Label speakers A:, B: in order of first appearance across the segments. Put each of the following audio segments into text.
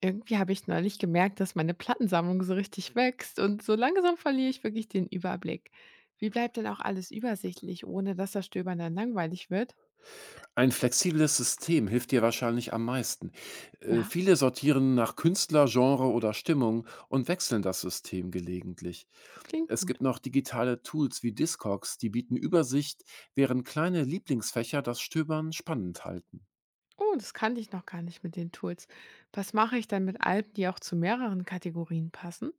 A: Irgendwie habe ich neulich gemerkt, dass meine Plattensammlung so richtig wächst und so langsam verliere ich wirklich den Überblick. Wie bleibt denn auch alles übersichtlich, ohne dass das Stöbern dann langweilig wird?
B: Ein flexibles System hilft dir wahrscheinlich am meisten.
A: Ja,
B: Viele sortieren nach Künstler, Genre oder Stimmung und wechseln das System gelegentlich.
A: klingt
B: Es
A: gut.
B: gibt noch digitale Tools wie Discogs, die bieten Übersicht, während kleine Lieblingsfächer das Stöbern spannend halten.
A: Oh, das kannte ich noch gar nicht mit den Tools. Was mache ich dann mit Alben, die auch zu mehreren Kategorien passen?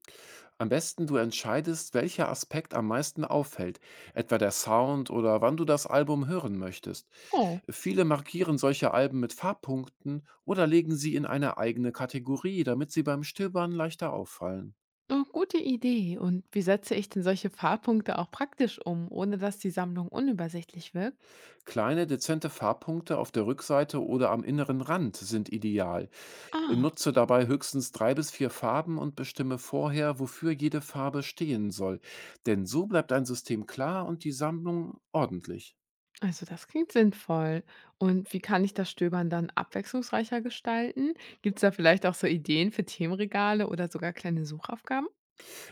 B: Am besten du entscheidest, welcher Aspekt am meisten auffällt, etwa der Sound oder wann du das Album hören möchtest.
A: Oh,
B: Viele markieren solche Alben mit Farbpunkten oder legen sie in eine eigene Kategorie, damit sie beim Stöbern leichter auffallen.
A: oh, gute Idee. Und wie setze ich denn solche Fahrpunkte auch praktisch um, ohne dass die Sammlung unübersichtlich wirkt?
B: Kleine, dezente Farbpunkte auf der Rückseite oder am inneren Rand sind ideal.
A: Ah.
B: Nutze dabei höchstens drei bis vier Farben und bestimme vorher, wofür jede Farbe stehen soll. Denn so bleibt dein System klar und die Sammlung ordentlich.
A: Also das klingt sinnvoll. Und wie kann ich das Stöbern dann abwechslungsreicher gestalten? Gibt es da vielleicht auch so Ideen für Themenregale oder sogar kleine Suchaufgaben?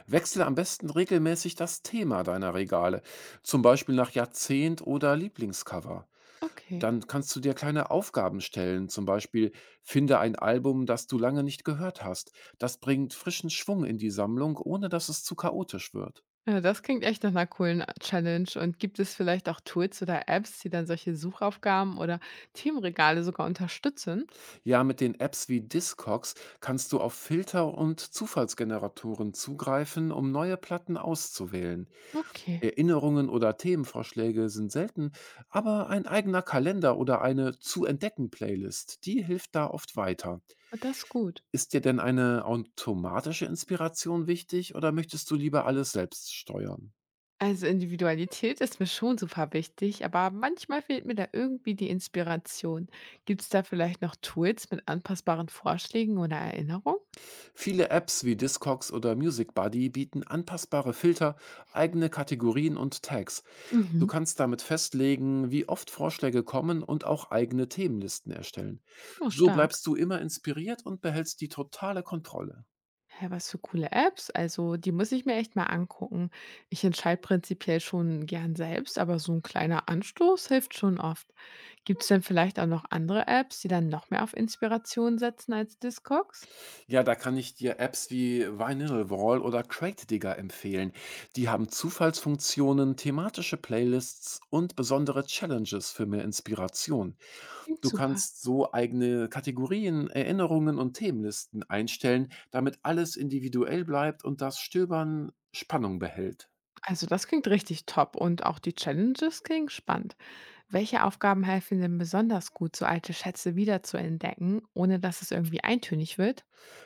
B: Wechsle am besten regelmäßig das Thema deiner Regale, zum Beispiel nach Jahrzehnt oder Lieblingscover.
A: Okay.
B: Dann kannst du dir kleine Aufgaben stellen, zum Beispiel finde ein Album, das du lange nicht gehört hast. Das bringt frischen Schwung in die Sammlung, ohne dass es zu chaotisch wird.
A: Ja, das klingt echt nach einer coolen Challenge. Und gibt es vielleicht auch Tools oder Apps, die dann solche Suchaufgaben oder Themenregale sogar unterstützen?
B: Ja, mit den Apps wie Discogs kannst du auf Filter und Zufallsgeneratoren zugreifen, um neue Platten auszuwählen.
A: Okay,
B: Erinnerungen oder Themenvorschläge sind selten, aber ein eigener Kalender oder eine zu entdecken Playlist, die hilft da oft weiter.
A: das ist gut.
B: Ist dir denn eine automatische Inspiration wichtig oder möchtest du lieber alles selbst steuern?
A: Also Individualität ist mir schon super wichtig, aber manchmal fehlt mir da irgendwie die Inspiration. Gibt es da vielleicht noch Tools mit anpassbaren Vorschlägen oder Erinnerungen?
B: Viele Apps wie Discogs oder Music Buddy bieten anpassbare Filter, eigene Kategorien und Tags. Du
A: Mhm.
B: kannst damit festlegen, wie oft Vorschläge kommen und auch eigene Themenlisten erstellen.
A: Oh,
B: So
A: stark.
B: bleibst du immer inspiriert und behältst die totale Kontrolle.
A: Hä, was für coole Apps. Also, die muss ich mir echt mal angucken. Ich entscheide prinzipiell schon gern selbst, aber so ein kleiner Anstoß hilft schon oft. Gibt es denn vielleicht auch noch andere Apps, die dann noch mehr auf Inspiration setzen als Discogs?
B: Ja, da kann ich dir Apps wie VinylWall oder Crate-Digger empfehlen. Die haben Zufallsfunktionen, thematische Playlists und besondere Challenges für mehr Inspiration.
A: Klingt
B: Du
A: super.
B: kannst so eigene Kategorien, Erinnerungen und Themenlisten einstellen, damit alles individuell bleibt und das Stöbern Spannung behält.
A: Also, das klingt richtig top und auch die Challenges klingen spannend. Welche Aufgaben helfen denn besonders gut, so alte Schätze wiederzuentdecken, ohne dass es irgendwie eintönig wird?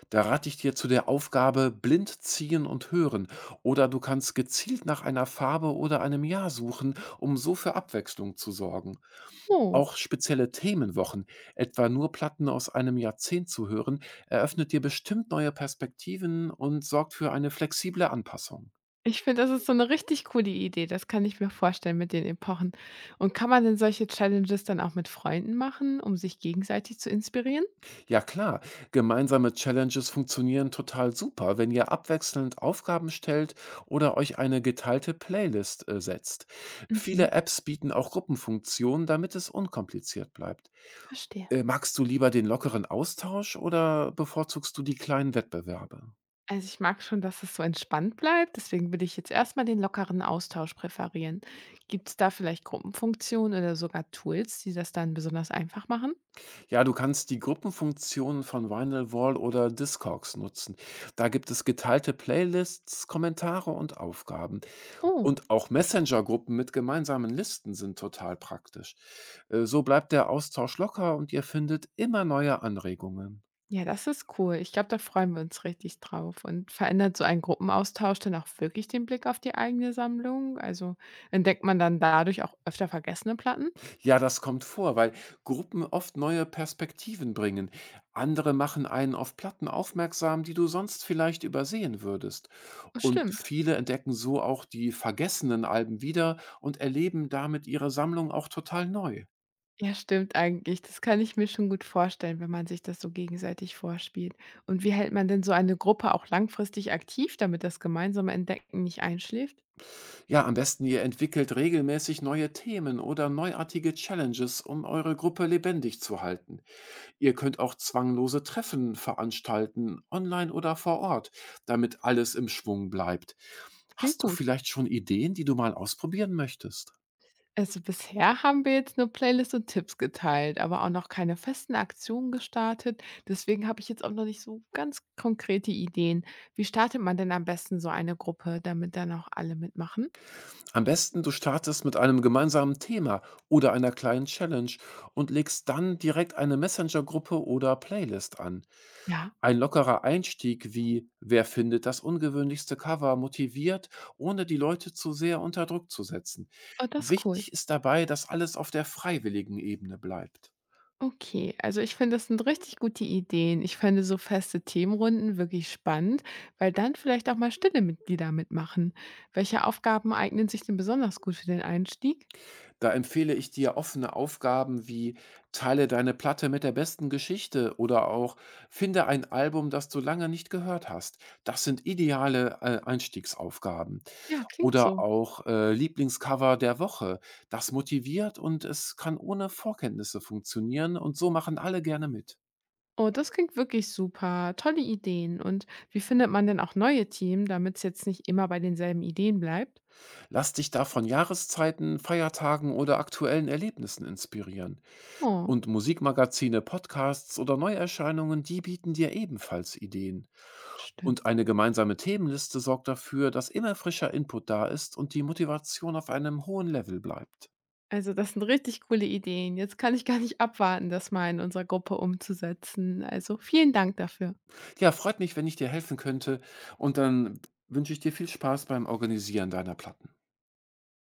B: Da rate ich dir zu der Aufgabe blind ziehen und hören. Oder du kannst gezielt nach einer Farbe oder einem Jahr suchen, um so für Abwechslung zu sorgen.
A: Oh.
B: Auch spezielle Themenwochen, etwa nur Platten aus einem Jahrzehnt zu hören, eröffnet dir bestimmt neue Perspektiven und sorgt für eine flexible Anpassung.
A: Ich finde, das ist so 'ne richtig coole Idee. Das kann ich mir vorstellen mit den Epochen. Und kann man denn solche Challenges dann auch mit Freunden machen, um sich gegenseitig zu inspirieren?
B: Ja klar, gemeinsame Challenges funktionieren total super, wenn ihr abwechselnd Aufgaben stellt oder euch eine geteilte Playlist setzt.
A: Mhm,
B: Viele Apps bieten auch Gruppenfunktionen, damit es unkompliziert bleibt.
A: verstehe.
B: Magst du lieber den lockeren Austausch oder bevorzugst du die kleinen Wettbewerbe?
A: Also, ich mag schon, dass es so entspannt bleibt, deswegen würde ich jetzt erst mal den lockeren Austausch präferieren. Gibt's da vielleicht Gruppenfunktionen oder sogar Tools, die das dann besonders einfach machen?
B: Ja, du kannst die Gruppenfunktionen von Vinylwall oder Discogs nutzen. Da gibt es geteilte Playlists, Kommentare und Aufgaben.
A: Oh.
B: Und auch Messenger-Gruppen mit gemeinsamen Listen sind total praktisch. So bleibt der Austausch locker und ihr findet immer neue Anregungen.
A: Ja, das ist cool. Ich glaube, da freuen wir uns richtig drauf. Und verändert so ein Gruppenaustausch dann auch wirklich den Blick auf die eigene Sammlung? Also entdeckt man dann dadurch auch öfter vergessene Platten?
B: Ja, das kommt vor, weil Gruppen oft neue Perspektiven bringen. Andere machen einen auf Platten aufmerksam, die du sonst vielleicht übersehen würdest. Und
A: Stimmt.
B: viele entdecken so auch die vergessenen Alben wieder und erleben damit ihre Sammlung auch total neu.
A: Ja, stimmt eigentlich. Das kann ich mir schon gut vorstellen, wenn man sich das so gegenseitig vorspielt. Und wie hält man denn so eine Gruppe auch langfristig aktiv, damit das gemeinsame Entdecken nicht einschläft?
B: Ja, am besten ihr entwickelt regelmäßig neue Themen oder neuartige Challenges, um eure Gruppe lebendig zu halten. Ihr könnt auch zwanglose Treffen veranstalten, online oder vor Ort, damit alles im Schwung bleibt.
A: Klingt
B: Hast du
A: gut.
B: vielleicht schon Ideen, die du mal ausprobieren möchtest?
A: Also bisher haben wir jetzt nur Playlists und Tipps geteilt, aber auch noch keine festen Aktionen gestartet. Deswegen habe ich jetzt auch noch nicht so ganz konkrete Ideen. Wie startet man denn am besten so eine Gruppe, damit dann auch alle mitmachen?
B: Am besten, du startest mit einem gemeinsamen Thema oder einer kleinen Challenge und legst dann direkt eine Messenger-Gruppe oder Playlist an.
A: Ja,
B: Ein lockerer Einstieg wie Wer findet das ungewöhnlichste Cover motiviert, ohne die Leute zu sehr unter Druck zu setzen.
A: oh, das ist cool.
B: Wichtig ist dabei, dass alles auf der freiwilligen Ebene bleibt.
A: Okay, also ich finde, das sind richtig gute Ideen. Ich fände so feste Themenrunden wirklich spannend, weil dann vielleicht auch mal stille Mitglieder mitmachen. Welche Aufgaben eignen sich denn besonders gut für den Einstieg?
B: Da empfehle ich dir offene Aufgaben wie teile deine Platte mit der besten Geschichte oder auch finde ein Album, das du lange nicht gehört hast. Das sind ideale Einstiegsaufgaben.
A: Ja, klingt
B: Oder
A: so.
B: auch Lieblingscover der Woche. Das motiviert und es kann ohne Vorkenntnisse funktionieren und so machen alle gerne mit.
A: Oh, das klingt wirklich super. Tolle Ideen. Und wie findet man denn auch neue Team, damit es jetzt nicht immer bei denselben Ideen bleibt?
B: Lass dich da von Jahreszeiten, Feiertagen oder aktuellen Erlebnissen inspirieren.
A: Oh,
B: Und Musikmagazine, Podcasts oder Neuerscheinungen, die bieten dir ebenfalls Ideen. Und
A: stimmt.
B: eine gemeinsame Themenliste sorgt dafür, dass immer frischer Input da ist und die Motivation auf einem hohen Level bleibt.
A: Also das sind richtig coole Ideen. Jetzt kann ich gar nicht abwarten, das mal in unserer Gruppe umzusetzen. Also vielen Dank dafür.
B: Ja, freut mich, wenn ich dir helfen könnte und dann wünsche ich dir viel Spaß beim Organisieren deiner Platten.